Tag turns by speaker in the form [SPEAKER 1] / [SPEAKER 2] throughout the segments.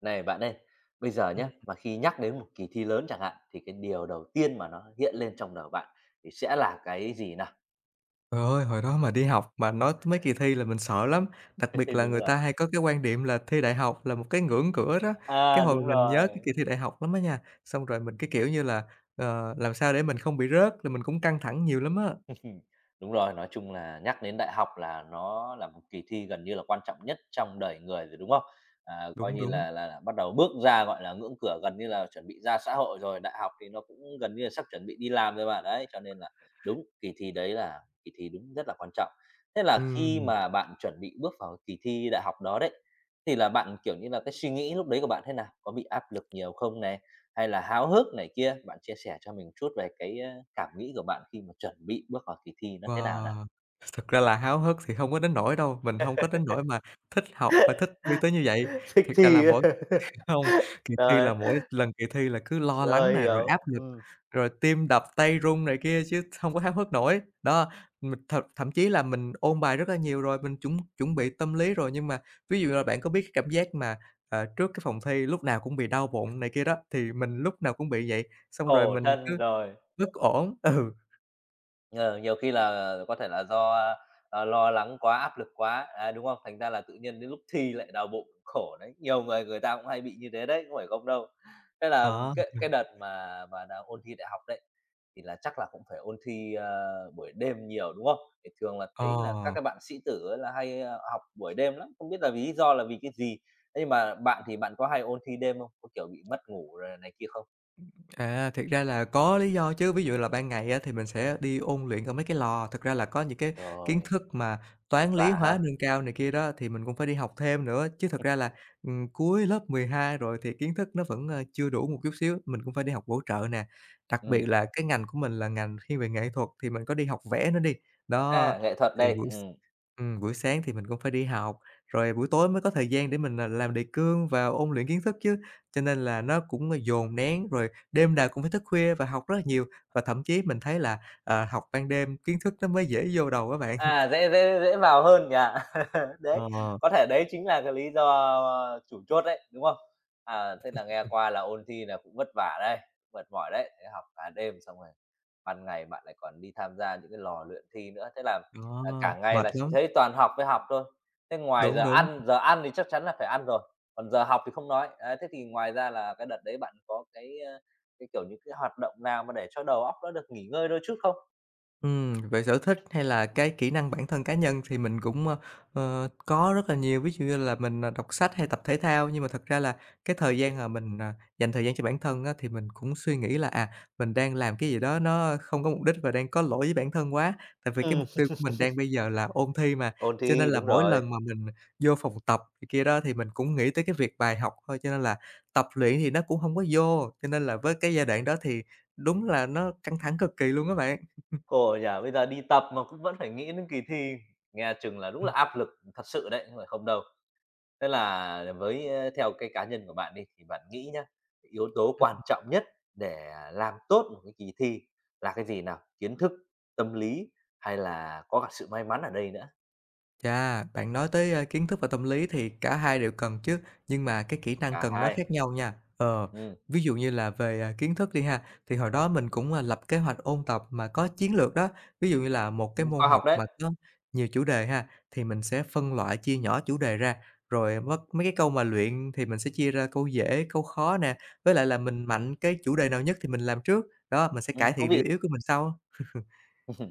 [SPEAKER 1] Này bạn ơi, bây giờ nhé
[SPEAKER 2] Ừm,
[SPEAKER 1] mà khi nhắc đến một kỳ thi lớn chẳng hạn thì cái điều đầu tiên mà nó hiện lên trong đầu bạn thì sẽ là cái gì nào?
[SPEAKER 2] Trời ơi, hồi đó mà đi học mà nói tới mấy kỳ thi là mình sợ lắm, đặc biệt là
[SPEAKER 1] Đúng
[SPEAKER 2] người
[SPEAKER 1] rồi.
[SPEAKER 2] ta hay có cái quan điểm là thi đại học là một cái ngưỡng cửa đó. Cái hồi
[SPEAKER 1] Đúng
[SPEAKER 2] mình nhớ cái
[SPEAKER 1] rồi.
[SPEAKER 2] kỳ thi đại học lắm á nha, xong rồi mình, cái kiểu như là, làm sao để mình không bị rớt là mình cũng căng thẳng nhiều lắm á.
[SPEAKER 1] Đúng rồi, nói chung là nhắc đến đại học là nó là một kỳ thi gần như là quan trọng nhất trong đời người rồi, đúng không? Coi
[SPEAKER 2] Đúng,
[SPEAKER 1] như
[SPEAKER 2] đúng.
[SPEAKER 1] là bắt đầu bước ra, gọi là, ngưỡng cửa gần như là chuẩn bị ra xã hội rồi, đại học thì nó cũng gần như là sắp chuẩn bị đi làm rồi mà, đấy, cho nên là đúng, kỳ thi đấy là kỳ thi đúng rất là quan trọng. Thế là khi
[SPEAKER 2] Ừm,
[SPEAKER 1] mà bạn chuẩn bị bước vào kỳ thi đại học đó đấy, thì là bạn, kiểu như là, cái suy nghĩ lúc đấy của bạn thế nào? Có bị áp lực nhiều không nè? Hay là háo hức này kia. Bạn chia sẻ cho mình chút về cái, cảm nghĩ của bạn khi mà chuẩn bị bước vào kỳ thi nó thế nào nào?
[SPEAKER 2] wow, thực ra là háo hức thì không có đến nỗi đâu, mình hông có đến nỗi mà thích học và thích thi tới như vậy.
[SPEAKER 1] Thích
[SPEAKER 2] Thiệt ra là
[SPEAKER 1] thi
[SPEAKER 2] mỗi
[SPEAKER 1] á.
[SPEAKER 2] Hông, Kỳ thi
[SPEAKER 1] Rồi,
[SPEAKER 2] là mỗi lần kỳ thi là cứ lo lắng
[SPEAKER 1] rồi,
[SPEAKER 2] nè, rồi
[SPEAKER 1] hiểu.
[SPEAKER 2] áp lực, rồi tim đập, tay run này kia chứ hông có háo hức nổi. Đó, mình thật thậm chí là mình ôn bài rất là nhiều rồi, mình chuẩn chuẩn bị tâm lý rồi, nhưng mà ví dụ là bạn có biết cái cảm giác mà, trước cái phòng thi lúc nào cũng bị đau bụng này kia đó, thì mình lúc nào cũng bị vậy, xong rồi
[SPEAKER 1] Khổ
[SPEAKER 2] mình
[SPEAKER 1] thân
[SPEAKER 2] cứ
[SPEAKER 1] rồi.
[SPEAKER 2] bất ổn. Ừ,
[SPEAKER 1] Ờ, Nhiều khi là có thể là do, lo lắng quá, áp lực quá, đấy, đúng không? Thành ra là tự nhiên đến lúc thi lại đau bụng, khổ đấy. Nhiều người người ta cũng hay bị như thế đấy, không phải không đâu. Thế là
[SPEAKER 2] đó,
[SPEAKER 1] cái đợt mà đang ôn thi đại học đấy, thì là chắc là cũng phải ôn thi, buổi đêm nhiều, đúng không? Thì thường là
[SPEAKER 2] ờ.
[SPEAKER 1] thấy là các cái bạn sĩ tử ấy là hay, học buổi đêm lắm, không biết là vì lý do là vì cái gì? Thế nhưng mà bạn thì bạn có hay ôn thi đêm không? Có, kiểu, bị mất ngủ rồi này kia không?
[SPEAKER 2] À, thiệt ra là có lý do chứ, ví dụ là ban ngày á thì mình sẽ đi ôn luyện ở mấy cái lò, thực ra là có những cái
[SPEAKER 1] Rồi.
[SPEAKER 2] kiến thức mà
[SPEAKER 1] Vất
[SPEAKER 2] toán, lý,
[SPEAKER 1] vả ha?
[SPEAKER 2] hóa nâng cao này kia đó thì mình cũng phải đi học thêm nữa, chứ thực ra là, cuối lớp 12 rồi thì kiến thức nó vẫn, chưa đủ một chút xíu, mình cũng phải đi học bổ trợ nè. Đặc biệt
[SPEAKER 1] Ừm,
[SPEAKER 2] là cái ngành của mình là ngành thiên về nghệ thuật thì mình có đi học vẽ nữa đi, đó,
[SPEAKER 1] nghệ thuật
[SPEAKER 2] thì
[SPEAKER 1] đây,
[SPEAKER 2] buổi s
[SPEAKER 1] ừm.
[SPEAKER 2] buổi sáng thì mình cũng phải đi học, rồi buổi tối mới có thời gian để mình, làm đề cương và ôn luyện kiến thức chứ, cho nên là nó cũng, dồn nén rồi. Đêm nào cũng phải thức khuya và học rất là nhiều, và thậm chí mình thấy là, học ban đêm kiến thức nó mới dễ vô đầu á bạn.
[SPEAKER 1] À, dễ dễ dễ vào hơn nhỉ? Đấy,
[SPEAKER 2] Ờ,
[SPEAKER 1] có thể đấy chính là cái lý do, chủ chốt đấy, đúng không? À, thế là nghe qua là ôn thi là cũng vất vả đấy, mệt mỏi đấy, thế học cả đêm xong rồi ban ngày bạn lại còn đi tham gia những cái lò luyện thi nữa, thế là,
[SPEAKER 2] đó.
[SPEAKER 1] cả ngày
[SPEAKER 2] Mệt
[SPEAKER 1] là chỉ
[SPEAKER 2] lắm,
[SPEAKER 1] thấy toàn học với học thôi. Thế ngoài
[SPEAKER 2] đúng, đúng.
[SPEAKER 1] giờ ăn thì chắc chắn là phải ăn rồi, còn giờ học thì không nói. Đấy, thế thì ngoài ra là cái đợt đấy bạn có cái, cái, kiểu, những cái hoạt động nào mà để cho đầu óc nó được nghỉ ngơi đôi chút không?
[SPEAKER 2] Về sở thích hay là cái kỹ năng bản thân cá nhân thì mình cũng, có rất là nhiều, ví dụ như là mình, đọc sách hay tập thể thao. Nhưng mà thật ra là cái thời gian mà mình, dành thời gian cho bản thân á, thì mình cũng suy nghĩ là, mình đang làm cái gì đó nó không có mục đích và đang có lỗi với bản thân quá. Tại vì cái
[SPEAKER 1] Ừm.
[SPEAKER 2] mục tiêu của mình đang bây giờ là ôn thi mà,
[SPEAKER 1] Ôn
[SPEAKER 2] cho nên
[SPEAKER 1] thi,
[SPEAKER 2] là
[SPEAKER 1] đúng
[SPEAKER 2] mỗi
[SPEAKER 1] rồi.
[SPEAKER 2] lần mà mình vô phòng tập này kia đó thì mình cũng nghĩ tới cái việc bài học thôi, cho nên là tập luyện thì nó cũng không có vô. Cho nên là với cái giai đoạn đó thì đúng là nó căng thẳng cực kỳ luôn các bạn.
[SPEAKER 1] Khổ nhỉ, bây giờ đi tập mà cũng vẫn phải nghĩ đến kỳ thi, nghe chừng là đúng là áp lực thật sự đấy, không phải không đâu. Thế là với, theo cái cá nhân của bạn đi, thì bạn nghĩ nhá, yếu tố quan
[SPEAKER 2] Ừm.
[SPEAKER 1] trọng nhất để làm tốt một cái kỳ thi là cái gì nào? Kiến thức, tâm lý hay là có cả sự may mắn ở đây nữa?
[SPEAKER 2] Chà, bạn nói tới, kiến thức và tâm lý thì cả hai đều cần chứ, nhưng mà cái kỹ năng
[SPEAKER 1] Cả
[SPEAKER 2] cần nó
[SPEAKER 1] hai.
[SPEAKER 2] khác nhau nha. Ờ,
[SPEAKER 1] Ừm,
[SPEAKER 2] ví dụ như là về, kiến thức đi ha, thì hồi đó mình cũng, lập kế hoạch ôn tập mà có chiến lược đó, ví dụ như là một cái môn
[SPEAKER 1] khoa học
[SPEAKER 2] học
[SPEAKER 1] đấy,
[SPEAKER 2] mà có nhiều chủ đề ha, thì mình sẽ phân loại chia nhỏ chủ đề ra, rồi mất mấy cái câu mà luyện thì mình sẽ chia ra câu dễ, câu khó nè, với lại là mình mạnh cái chủ đề nào nhất thì mình làm trước, đó, mình sẽ cải
[SPEAKER 1] thú
[SPEAKER 2] thiện
[SPEAKER 1] vị.
[SPEAKER 2] điểm yếu của mình sau.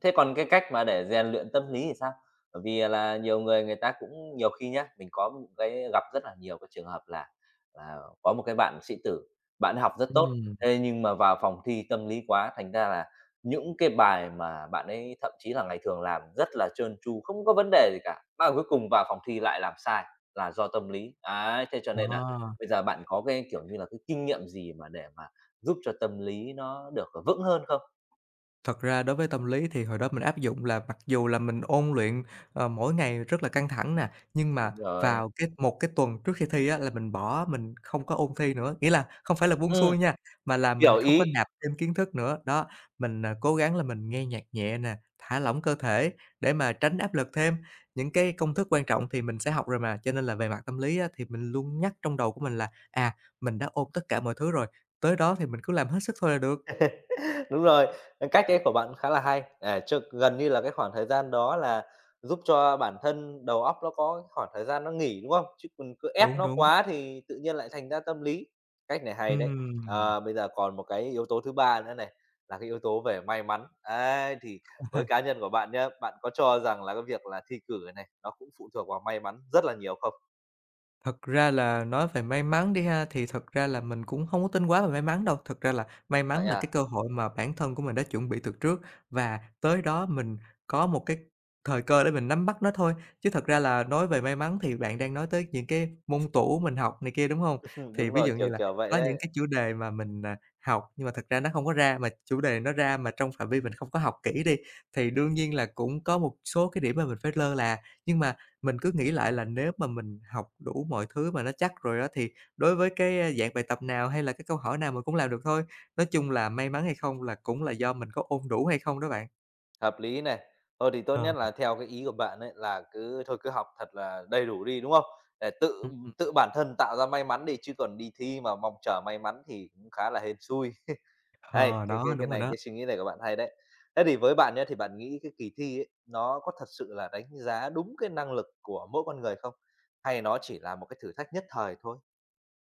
[SPEAKER 1] Thế còn cái cách mà để rèn luyện tâm lý thì sao? Bởi vì, là nhiều người người ta cũng nhiều khi nhá, mình có một cái gặp rất là nhiều cái trường hợp là có một cái bạn sĩ tử, bạn ấy học rất tốt,
[SPEAKER 2] Ừ,
[SPEAKER 1] thế nhưng mà vào phòng thi tâm lý quá, thành ra là những cái bài mà bạn ấy thậm chí là ngày thường làm rất là trơn tru, không có vấn đề gì cả, mà cuối cùng vào phòng thi lại làm sai là do tâm lý. Ấy, thế cho nên là
[SPEAKER 2] đó.
[SPEAKER 1] bây giờ bạn có cái, kiểu như là, cái kinh nghiệm gì mà để mà giúp cho tâm lý nó được, vững hơn không?
[SPEAKER 2] Thật ra đối với tâm lý thì hồi đó mình áp dụng là mặc dù là mình ôn luyện, mỗi ngày rất là căng thẳng nè, nhưng mà
[SPEAKER 1] Đúng rồi.
[SPEAKER 2] vào một cái tuần trước khi thi á là mình bỏ, mình không có ôn thi nữa. Nghĩa là không phải là buông
[SPEAKER 1] Ừm.
[SPEAKER 2] xuôi nha, mà là mình
[SPEAKER 1] Hiểu
[SPEAKER 2] không có
[SPEAKER 1] ý,
[SPEAKER 2] nạp thêm kiến thức nữa. Đó, mình, cố gắng là mình nghe nhạc nhẹ nè, thả lỏng cơ thể để mà tránh áp lực thêm. Những cái công thức quan trọng thì mình sẽ học rồi mà, cho nên là về mặt tâm lý á thì mình luôn nhắc trong đầu của mình là, mình đã ôn tất cả mọi thứ rồi, tới đó thì mình cứ làm hết sức thôi là được.
[SPEAKER 1] đúng rồi, cách đấy của bạn khá là hay. À, cho gần như là cái khoảng thời gian đó là giúp cho bản thân đầu óc nó có cái khoảng thời gian nó nghỉ, đúng không? Chứ còn cứ ép
[SPEAKER 2] Đúng,
[SPEAKER 1] nó
[SPEAKER 2] đúng.
[SPEAKER 1] quá thì tự nhiên lại thành ra tâm lý. Cách này hay đấy.
[SPEAKER 2] Ừm.
[SPEAKER 1] Ờ, bây giờ còn một cái yếu tố thứ ba nữa này, là cái yếu tố về may mắn. Ấy, thì với
[SPEAKER 2] Ha,
[SPEAKER 1] cá nhân của bạn nhé, bạn có cho rằng là cái việc là thi cử này, nó cũng phụ thuộc vào may mắn rất là nhiều không?
[SPEAKER 2] thật ra là nói về may mắn đi ha, thì thật ra là mình cũng không có tin quá về may mắn đâu. Thật ra là may
[SPEAKER 1] Vậy
[SPEAKER 2] mắn là
[SPEAKER 1] à?
[SPEAKER 2] cái cơ hội mà bản thân của mình đã chuẩn bị từ trước và tới đó mình có một cái thời cơ để mình nắm bắt nó thôi. Chứ thật ra là nói về may mắn thì bạn đang nói tới những cái môn tủ mình học này kia, đúng không? Thì
[SPEAKER 1] Đúng
[SPEAKER 2] ví
[SPEAKER 1] rồi,
[SPEAKER 2] dụ như
[SPEAKER 1] kiểu,
[SPEAKER 2] là
[SPEAKER 1] kiểu vậy
[SPEAKER 2] có những
[SPEAKER 1] đấy.
[SPEAKER 2] cái chủ đề mà mình, học nhưng mà thật ra nó không có ra, mà chủ đề nó ra mà trong phạm vi mình không có học kỹ đi, thì đương nhiên là cũng có một số cái điểm mà mình phải lơ là. Nhưng mà Mình cứ nghĩ lại là nếu mà mình học đủ mọi thứ mà nó chắc rồi đó thì đối với cái, dạng bài tập nào hay là cái câu hỏi nào mình cũng làm được thôi. Nói chung là may mắn hay không là cũng là do mình có ôn đủ hay không đó bạn.
[SPEAKER 1] Hợp lý này. Thôi thì tốt
[SPEAKER 2] Ờ.
[SPEAKER 1] nhất là theo cái ý của bạn ấy là cứ thôi cứ học thật là đầy đủ đi, đúng không? Để tự
[SPEAKER 2] Ừm.
[SPEAKER 1] tự bản thân tạo ra may mắn đi, chứ còn đi thi mà mong chờ may mắn thì cũng khá là hên xui. Hay,
[SPEAKER 2] Ờ,
[SPEAKER 1] cái
[SPEAKER 2] đó,
[SPEAKER 1] cái
[SPEAKER 2] đúng
[SPEAKER 1] cái
[SPEAKER 2] rồi
[SPEAKER 1] này
[SPEAKER 2] đó.
[SPEAKER 1] cái suy nghĩ này của bạn hay đấy. Thế thì với bạn nhé thì bạn nghĩ cái kỳ thi ấy, nó có thật sự là đánh giá đúng cái năng lực của mỗi con người không? Hay nó chỉ là một cái thử thách nhất thời thôi?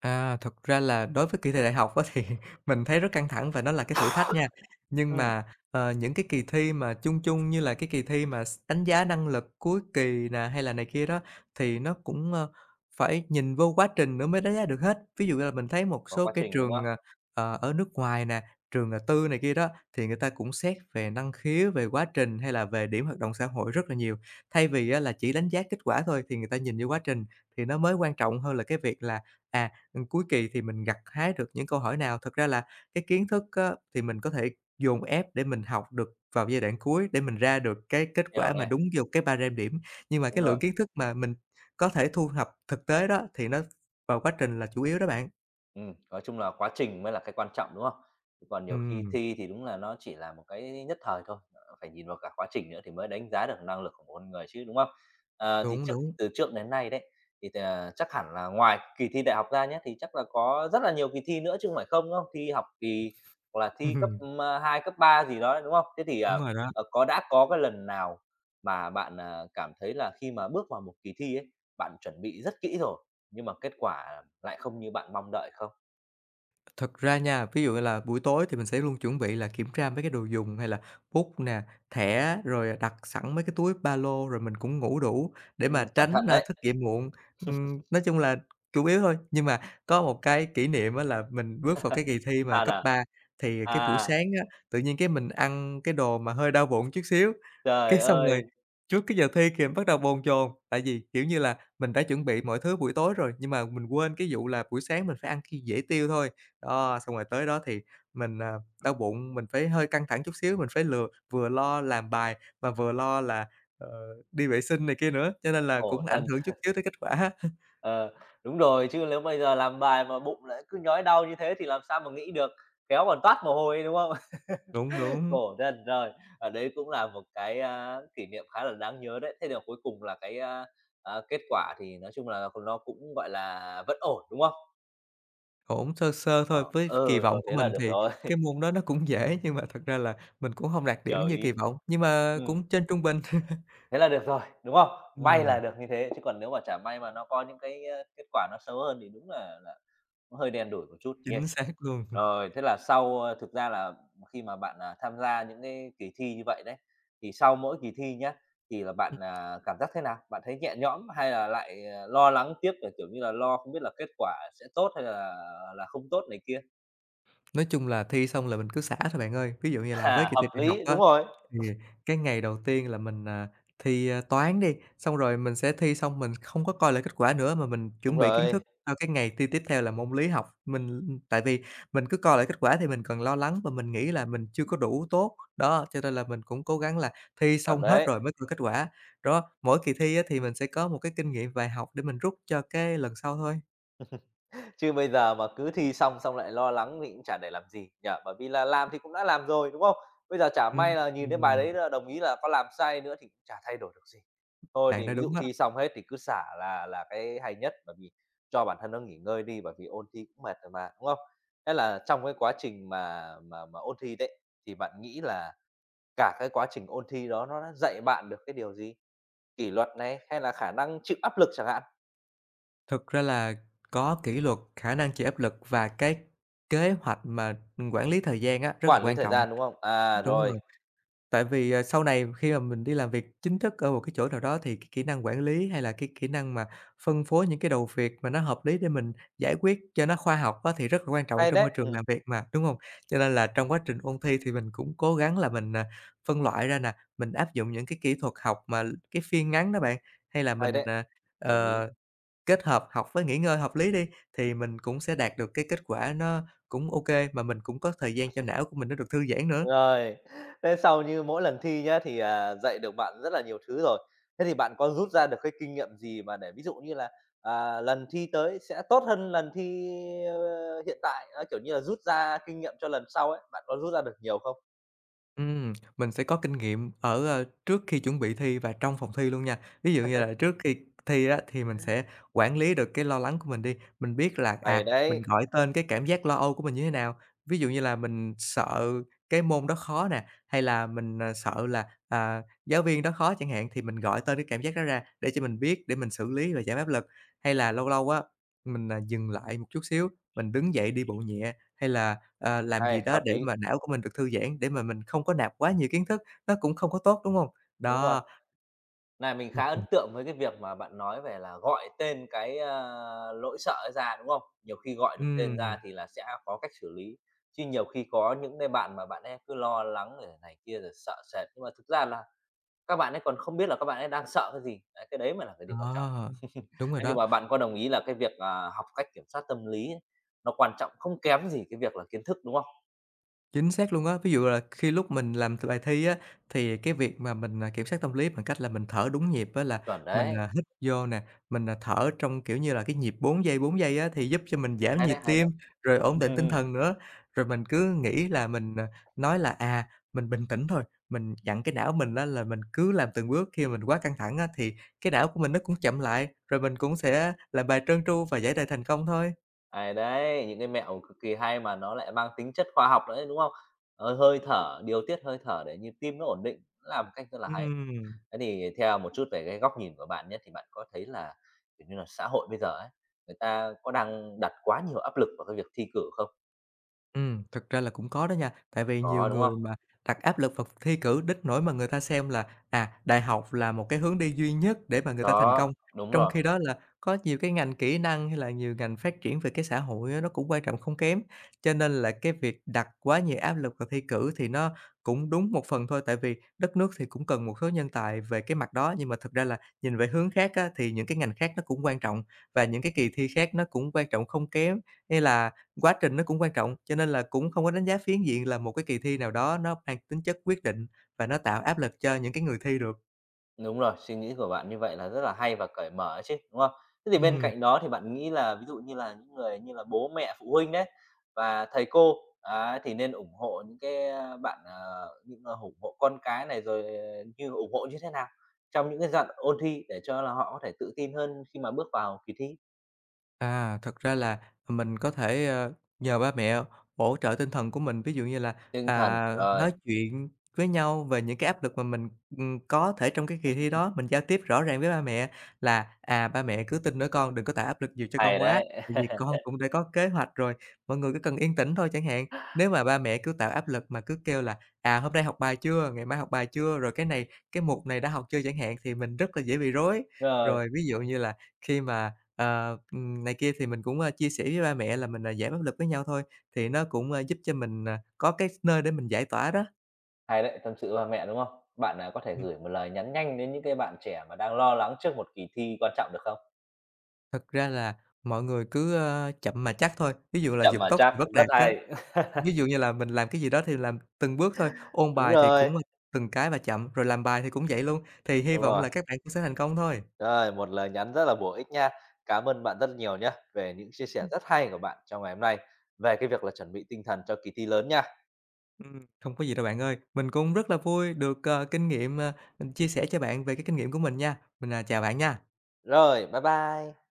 [SPEAKER 2] À, thật ra là đối với kỳ thi đại học á thì mình thấy rất căng thẳng và nó là cái thử thách nha. Nhưng
[SPEAKER 1] Ừm,
[SPEAKER 2] mà, những cái kỳ thi mà chung chung như là cái kỳ thi mà đánh giá năng lực cuối kỳ nè, hay là này kia đó, thì nó cũng, phải nhìn vô quá trình nữa mới đánh giá được hết. Ví dụ như là mình thấy một
[SPEAKER 1] có
[SPEAKER 2] số
[SPEAKER 1] quá
[SPEAKER 2] cái
[SPEAKER 1] trình, đúng
[SPEAKER 2] trường,
[SPEAKER 1] không?
[SPEAKER 2] ở nước ngoài nè, trường, tư này kia đó, thì người ta cũng xét về năng khiếu, về quá trình hay là về điểm hoạt động xã hội rất là nhiều. Thay vì á là chỉ đánh giá kết quả thôi thì người ta nhìn vô quá trình thì nó mới quan trọng hơn là cái việc là, à, ừm, cuối kỳ thì mình gặt hái được những câu hỏi nào? Thực ra là cái kiến thức á, thì mình có thể dồn ép để mình học được vào giai đoạn cuối để mình ra được cái kết
[SPEAKER 1] Hiểu
[SPEAKER 2] quả mà
[SPEAKER 1] này,
[SPEAKER 2] đúng vô cái ba điểm. Nhưng mà
[SPEAKER 1] đúng
[SPEAKER 2] cái lượng
[SPEAKER 1] rồi.
[SPEAKER 2] kiến thức mà mình có thể thu thập thực tế đó thì nó vào quá trình là chủ yếu đó bạn.
[SPEAKER 1] Nói chung là quá trình mới là cái quan trọng, đúng không? Chứ còn nhiều khi
[SPEAKER 2] Ừm,
[SPEAKER 1] thi thì đúng là nó chỉ là một cái nhất thời thôi, ờ, phải nhìn vào cả quá trình nữa thì mới đánh giá được năng lực của một con người chứ, đúng không? Ờ, thì
[SPEAKER 2] đúng,
[SPEAKER 1] trước
[SPEAKER 2] đúng.
[SPEAKER 1] từ trước đến nay đấy, thì à, chắc hẳn là ngoài kỳ thi đại học ra nhé thì chắc là có rất là nhiều kỳ thi nữa chứ không phải không, đúng không? Thi học kỳ hoặc là thi cấp, cấp 3 gì đó, đấy, đúng không? Thế thì,
[SPEAKER 2] Đúng rồi đó.
[SPEAKER 1] có đã có cái lần nào mà bạn, cảm thấy là khi mà bước vào một kỳ thi ấy, bạn chuẩn bị rất kỹ rồi, nhưng mà kết quả lại không như bạn mong đợi không?
[SPEAKER 2] Thật ra nha, ví dụ như là buổi tối thì mình sẽ luôn chuẩn bị là kiểm tra mấy cái đồ dùng hay là bút nè, thẻ, rồi đặt sẵn mấy cái túi ba lô, rồi mình cũng ngủ đủ để mà
[SPEAKER 1] Cẩn
[SPEAKER 2] tránh,
[SPEAKER 1] thận đấy,
[SPEAKER 2] thức dậy muộn. Nói chung là chủ yếu thôi, nhưng mà có một cái kỷ niệm á là mình bước vào cái kỳ thi mà
[SPEAKER 1] sao
[SPEAKER 2] cấp
[SPEAKER 1] nào?
[SPEAKER 2] 3 thì cái buổi
[SPEAKER 1] À,
[SPEAKER 2] sáng á, tự nhiên cái mình ăn cái đồ mà hơi đau bụng chút xíu,
[SPEAKER 1] trời
[SPEAKER 2] cái xong rồi
[SPEAKER 1] ơi,
[SPEAKER 2] trước cái giờ thi kìa bắt đầu bồn chồn. Tại vì, kiểu như là, mình đã chuẩn bị mọi thứ buổi tối rồi, nhưng mà mình quên cái vụ là buổi sáng mình phải ăn cái dễ tiêu thôi. Đó, xong rồi tới đó thì mình, đau bụng, mình phải hơi căng thẳng chút xíu, mình phải vừa lo làm bài mà vừa lo là, ờ, đi vệ sinh này kia nữa, cho nên là
[SPEAKER 1] khổ
[SPEAKER 2] cũng ảnh
[SPEAKER 1] thân.
[SPEAKER 2] hưởng chút xíu tới kết quả.
[SPEAKER 1] Ờ, đúng rồi, chứ nếu bây giờ làm bài mà bụng lại cứ nhói đau như thế thì làm sao mà nghĩ được, kéo còn toát mồ hôi, đúng không?
[SPEAKER 2] Đúng, đúng,
[SPEAKER 1] Khổ thân, rồi, ở đấy cũng là một cái, kỷ niệm khá là đáng nhớ đấy. Thế là cuối cùng là cái, kết quả thì nói chung là nó cũng, gọi là, vẫn ổn, đúng không?
[SPEAKER 2] ổn sơ sơ thôi,
[SPEAKER 1] Ờ,
[SPEAKER 2] với kỳ
[SPEAKER 1] ừ,
[SPEAKER 2] vọng
[SPEAKER 1] thôi
[SPEAKER 2] của
[SPEAKER 1] thế là
[SPEAKER 2] mình
[SPEAKER 1] được
[SPEAKER 2] thì
[SPEAKER 1] rồi,
[SPEAKER 2] cái môn đó nó cũng dễ nhưng mà thật ra là mình cũng không đạt điểm
[SPEAKER 1] hiểu
[SPEAKER 2] như kỳ
[SPEAKER 1] ý.
[SPEAKER 2] vọng, nhưng mà
[SPEAKER 1] Ừ.
[SPEAKER 2] cũng trên trung bình.
[SPEAKER 1] Thế là được rồi, đúng không? May
[SPEAKER 2] Ừm,
[SPEAKER 1] là được như thế, chứ còn nếu mà chả may mà nó có những cái, kết quả nó xấu hơn thì đúng là nó hơi đen đủi một chút nhỉ?
[SPEAKER 2] chính xác luôn.
[SPEAKER 1] Rồi, thế là sau, thực ra là khi mà bạn, tham gia những cái kỳ thi như vậy đấy, thì sau mỗi kỳ thi nhá, thì là bạn, cảm giác thế nào? Bạn thấy nhẹ nhõm hay là lại, lo lắng tiếp là, kiểu như là, lo không biết là kết quả sẽ tốt hay là không tốt này kia?
[SPEAKER 2] Nói chung là thi xong là mình cứ xả thôi bạn ơi. Ví dụ như là với
[SPEAKER 1] À,
[SPEAKER 2] kỳ thi
[SPEAKER 1] hợp
[SPEAKER 2] đại học
[SPEAKER 1] lý, đúng
[SPEAKER 2] á,
[SPEAKER 1] rồi.
[SPEAKER 2] thì cái ngày đầu tiên là mình, thi, toán đi, xong rồi mình sẽ thi xong mình không có coi lại kết quả nữa mà mình
[SPEAKER 1] Đúng
[SPEAKER 2] chuẩn bị kiến
[SPEAKER 1] rồi,
[SPEAKER 2] thức cho cái ngày thi tiếp theo là môn lý học. Mình tại vì mình cứ coi lại kết quả thì mình còn lo lắng và mình nghĩ là mình chưa có đủ tốt. Đó, cho nên là mình cũng cố gắng là thi
[SPEAKER 1] chuẩn
[SPEAKER 2] xong hết
[SPEAKER 1] đấy.
[SPEAKER 2] rồi mới coi kết quả. Đó, mỗi kỳ thi á, thì mình sẽ có một cái kinh nghiệm bài học để mình rút cho cái lần sau thôi.
[SPEAKER 1] Chứ bây giờ mà cứ thi xong xong lại lo lắng thì cũng chả để làm gì nhỉ? Bởi vì là làm thì cũng đã làm rồi, đúng không? Bây giờ chả
[SPEAKER 2] Ừm,
[SPEAKER 1] may là nhìn thấy bài
[SPEAKER 2] ừm,
[SPEAKER 1] đấy là đồng ý là có làm sai nữa thì cũng chả thay đổi được gì. Thôi
[SPEAKER 2] bạn
[SPEAKER 1] thì
[SPEAKER 2] nói
[SPEAKER 1] ví
[SPEAKER 2] đúng
[SPEAKER 1] dụ
[SPEAKER 2] á.
[SPEAKER 1] thi xong hết thì cứ xả là cái hay nhất, bởi vì cho bản thân nó nghỉ ngơi đi, bởi vì ôn thi cũng mệt rồi mà, đúng không? Thế là trong cái quá trình mà ôn thi đấy, thì bạn nghĩ là cả cái quá trình ôn thi đó nó đã dạy bạn được cái điều gì? Kỷ luật này, hay là khả năng chịu áp lực chẳng hạn,
[SPEAKER 2] Thực ra là có kỷ luật, khả năng chịu áp lực và cái kế hoạch mà, quản lý thời gian á, rất là
[SPEAKER 1] quản lý
[SPEAKER 2] quan
[SPEAKER 1] thời
[SPEAKER 2] trọng.
[SPEAKER 1] gian, đúng không? À,
[SPEAKER 2] Đúng
[SPEAKER 1] rồi,
[SPEAKER 2] rồi, tại vì, sau này khi mà mình đi làm việc chính thức ở một cái chỗ nào đó thì cái kỹ năng quản lý hay là cái kỹ năng mà phân phối những cái đầu việc mà nó hợp lý để mình giải quyết cho nó khoa học á, thì rất là quan trọng
[SPEAKER 1] hay
[SPEAKER 2] trong môi
[SPEAKER 1] đấy!
[SPEAKER 2] trường
[SPEAKER 1] Ừ.
[SPEAKER 2] làm việc mà, đúng hông? Cho nên là trong quá trình ôn thi thì mình cũng cố gắng là mình, phân loại ra nè, mình áp dụng những cái kỹ thuật học mà cái phiên ngắn đó bạn, hay là
[SPEAKER 1] Hay
[SPEAKER 2] mình,
[SPEAKER 1] đấy, đồng ý.
[SPEAKER 2] ờ kết hợp học với nghỉ ngơi hợp lý đi, thì mình cũng sẽ đạt được cái kết quả nó cũng ok mà mình cũng có thời gian cho não của mình nó được thư giãn nữa.
[SPEAKER 1] Rồi, thế sau như mỗi lần thi nhá, thì, dạy được bạn rất là nhiều thứ rồi. Thế thì bạn có rút ra được cái kinh nghiệm gì mà để ví dụ như là, lần thi tới sẽ tốt hơn lần thi, hiện tại, á, kiểu như là, rút ra kinh nghiệm cho lần sau ấy, bạn có rút ra được nhiều không?
[SPEAKER 2] Mình sẽ có kinh nghiệm ở, trước khi chuẩn bị thi và trong phòng thi luôn nha. Ví dụ như là trước khi thi á, thì mình sẽ quản lý được cái lo lắng của mình đi, mình biết là,
[SPEAKER 1] Hay
[SPEAKER 2] mình
[SPEAKER 1] đấy,
[SPEAKER 2] gọi tên cái cảm giác lo âu của mình như thế nào. Ví dụ như là mình sợ cái môn đó khó nè, hay là mình, sợ là, giáo viên đó khó chẳng hạn, thì mình gọi tên cái cảm giác đó ra để cho mình biết để mình xử lý và giảm áp lực. Hay là lâu lâu á, mình, dừng lại một chút xíu, mình đứng dậy đi bộ nhẹ, hay là làm gì
[SPEAKER 1] hay,
[SPEAKER 2] đó
[SPEAKER 1] hợp
[SPEAKER 2] để
[SPEAKER 1] lý,
[SPEAKER 2] mà não của mình được thư giãn, để mà mình không có nạp quá nhiều kiến thức, nó cũng không có tốt, đúng hông?
[SPEAKER 1] đúng rồi.
[SPEAKER 2] Đó,
[SPEAKER 1] Này, mình
[SPEAKER 2] ừm,
[SPEAKER 1] khá ấn
[SPEAKER 2] ừm,
[SPEAKER 1] tượng với cái việc mà bạn nói về là gọi tên cái, lỗi sợ ấy ra, đúng không? Nhiều khi gọi được tên
[SPEAKER 2] ừm,
[SPEAKER 1] ra thì là sẽ có cách xử lý, chứ nhiều khi có những cái bạn mà bạn ấy cứ lo lắng rồi này kia rồi sợ sệt, nhưng mà thực ra là các bạn ấy còn không biết là các bạn ấy đang sợ cái gì, đấy, cái đấy mà là cái điều quan trọng.
[SPEAKER 2] đó, đúng rồi
[SPEAKER 1] Thế nhưng
[SPEAKER 2] đó.
[SPEAKER 1] mà bạn có đồng ý là cái việc, học cách kiểm soát tâm lý ấy, nó quan trọng không kém gì cái việc là kiến thức, đúng không?
[SPEAKER 2] Chính xác luôn á. Ví dụ là khi lúc mình làm t bài thi á, thì cái việc mà mình, kiểm soát tâm lý bằng cách là mình thở đúng nhịp á, là
[SPEAKER 1] Chuẩn
[SPEAKER 2] mình,
[SPEAKER 1] đấy,
[SPEAKER 2] hít vô nè, mình, thở trong, kiểu như là, cái nhịp 4 giây á, thì giúp cho mình giảm nhịp
[SPEAKER 1] hay đấy.
[SPEAKER 2] tim, rồi ổn định tinh thần nữa. Rồi mình cứ nghĩ là mình, nói là, mình bình tĩnh thôi, mình dặn cái não mình đó là mình cứ làm từng bước. Khi mà mình quá căng thẳng á, thì cái não của mình nó cũng chậm lại, rồi mình cũng sẽ làm bài trơn tru và giải đề thành công thôi.
[SPEAKER 1] Ai đấy, những cái mẹo cực kỳ hay mà nó lại mang tính chất khoa học nữa đấy, đúng không? Ờ, hơi thở, điều tiết hơi thở để nhịp tim nó ổn định là một cách rất là hay.
[SPEAKER 2] Ừm.
[SPEAKER 1] Thế thì theo một chút về cái góc nhìn của bạn nhé, thì bạn có thấy là, kiểu như là, xã hội bây giờ ấy, người ta có đang đặt quá nhiều áp lực vào cái việc thi cử không?
[SPEAKER 2] Thực ra là cũng có đó nha, tại vì nhiều
[SPEAKER 1] Có, đúng không?
[SPEAKER 2] người mà đặt áp lực vào thi cử đến nỗi mà người ta xem là, đại học là một cái hướng đi duy nhất để mà người ta thành công.
[SPEAKER 1] Đó, đúng
[SPEAKER 2] Trong
[SPEAKER 1] rồi.
[SPEAKER 2] khi đó là có nhiều cái ngành kỹ năng hay là nhiều ngành phát triển về cái xã hội á, nó cũng quan trọng không kém, cho nên là cái việc đặt quá nhiều áp lực vào thi cử thì nó cũng đúng một phần thôi, tại vì đất nước thì cũng cần một số nhân tài về cái mặt đó. Nhưng mà thực ra là nhìn về hướng khác á, thì những cái ngành khác nó cũng quan trọng và những cái kỳ thi khác nó cũng quan trọng không kém, như là quá trình nó cũng quan trọng, cho nên là cũng không có đánh giá phiến diện là một cái kỳ thi nào đó nó mang tính chất quyết định và nó tạo áp lực cho những cái người thi được.
[SPEAKER 1] Đúng rồi, suy nghĩ của bạn như vậy là rất là hay và cởi mở chứ, đúng không? Thế thì bên
[SPEAKER 2] Ừm.
[SPEAKER 1] cạnh đó thì bạn nghĩ là ví dụ như là những người như là bố mẹ, phụ huynh đấy và thầy cô, á, thì nên ủng hộ những cái, bạn, ủng hộ con cái này rồi à, như ủng hộ như thế nào trong những cái dặn ôn thi để cho là họ có thể tự tin hơn khi mà bước vào kỳ thi?
[SPEAKER 2] Thật ra là mình có thể, nhờ ba mẹ hỗ trợ tinh thần của mình, ví dụ như là,
[SPEAKER 1] Tinh thần,
[SPEAKER 2] à,
[SPEAKER 1] rồi,
[SPEAKER 2] nói chuyện với nhau về những cái áp lực mà mình, có thể trong cái kỳ thi đó, mình giao tiếp rõ ràng với ba mẹ là "À, ba mẹ cứ tin nữa con, đừng có tạo áp lực nhiều cho
[SPEAKER 1] hay
[SPEAKER 2] con quá,
[SPEAKER 1] đấy.
[SPEAKER 2] tại vì con cũng đã có kế hoạch rồi, mọi người cứ cần yên tĩnh thôi" chẳng hạn. Nếu mà ba mẹ cứ tạo áp lực mà cứ kêu là "À, hôm nay học bài chưa? Ngày mai học bài chưa?" Rồi "Cái này cái mục này đã học chưa?" chẳng hạn, thì mình rất là dễ bị rối.
[SPEAKER 1] Rồi,
[SPEAKER 2] Rồi ví dụ như là khi mà này kia thì mình cũng, chia sẻ với ba mẹ là mình, giảm áp lực với nhau thôi, thì nó cũng, giúp cho mình, có cái nơi để mình giải tỏa đó.
[SPEAKER 1] hay đấy, tâm sự ba mẹ, đúng không? Bạn, có thể
[SPEAKER 2] Ừm.
[SPEAKER 1] gửi một lời nhắn nhanh đến những cái bạn trẻ mà đang lo lắng trước một kỳ thi quan trọng được không?
[SPEAKER 2] Thật ra là mọi người cứ, chậm mà chắc thôi, ví dụ là
[SPEAKER 1] Chậm
[SPEAKER 2] dục
[SPEAKER 1] mà
[SPEAKER 2] tốc
[SPEAKER 1] chắc,
[SPEAKER 2] thì bất
[SPEAKER 1] rất
[SPEAKER 2] đạt á,
[SPEAKER 1] hay.
[SPEAKER 2] ví dụ như là mình làm cái gì đó thì làm từng bước thôi, ôn
[SPEAKER 1] Đúng
[SPEAKER 2] bài thì cũng,
[SPEAKER 1] rồi,
[SPEAKER 2] từng cái và chậm, rồi làm bài thì cũng vậy luôn, thì hy
[SPEAKER 1] đúng
[SPEAKER 2] vọng
[SPEAKER 1] rồi.
[SPEAKER 2] là các bạn cũng sẽ thành công thôi.
[SPEAKER 1] Rồi, một lời nhắn rất là bổ ích nha. Cảm ơn bạn rất nhiều nhé về những chia sẻ rất hay của bạn trong ngày hôm nay về cái việc là chuẩn bị tinh thần cho kỳ thi lớn nha.
[SPEAKER 2] Không có gì đâu bạn ơi, mình cũng rất là vui được, kinh nghiệm, chia sẻ cho bạn về cái kinh nghiệm của mình nha. Mình, chào bạn nha.
[SPEAKER 1] Rồi, bye bye.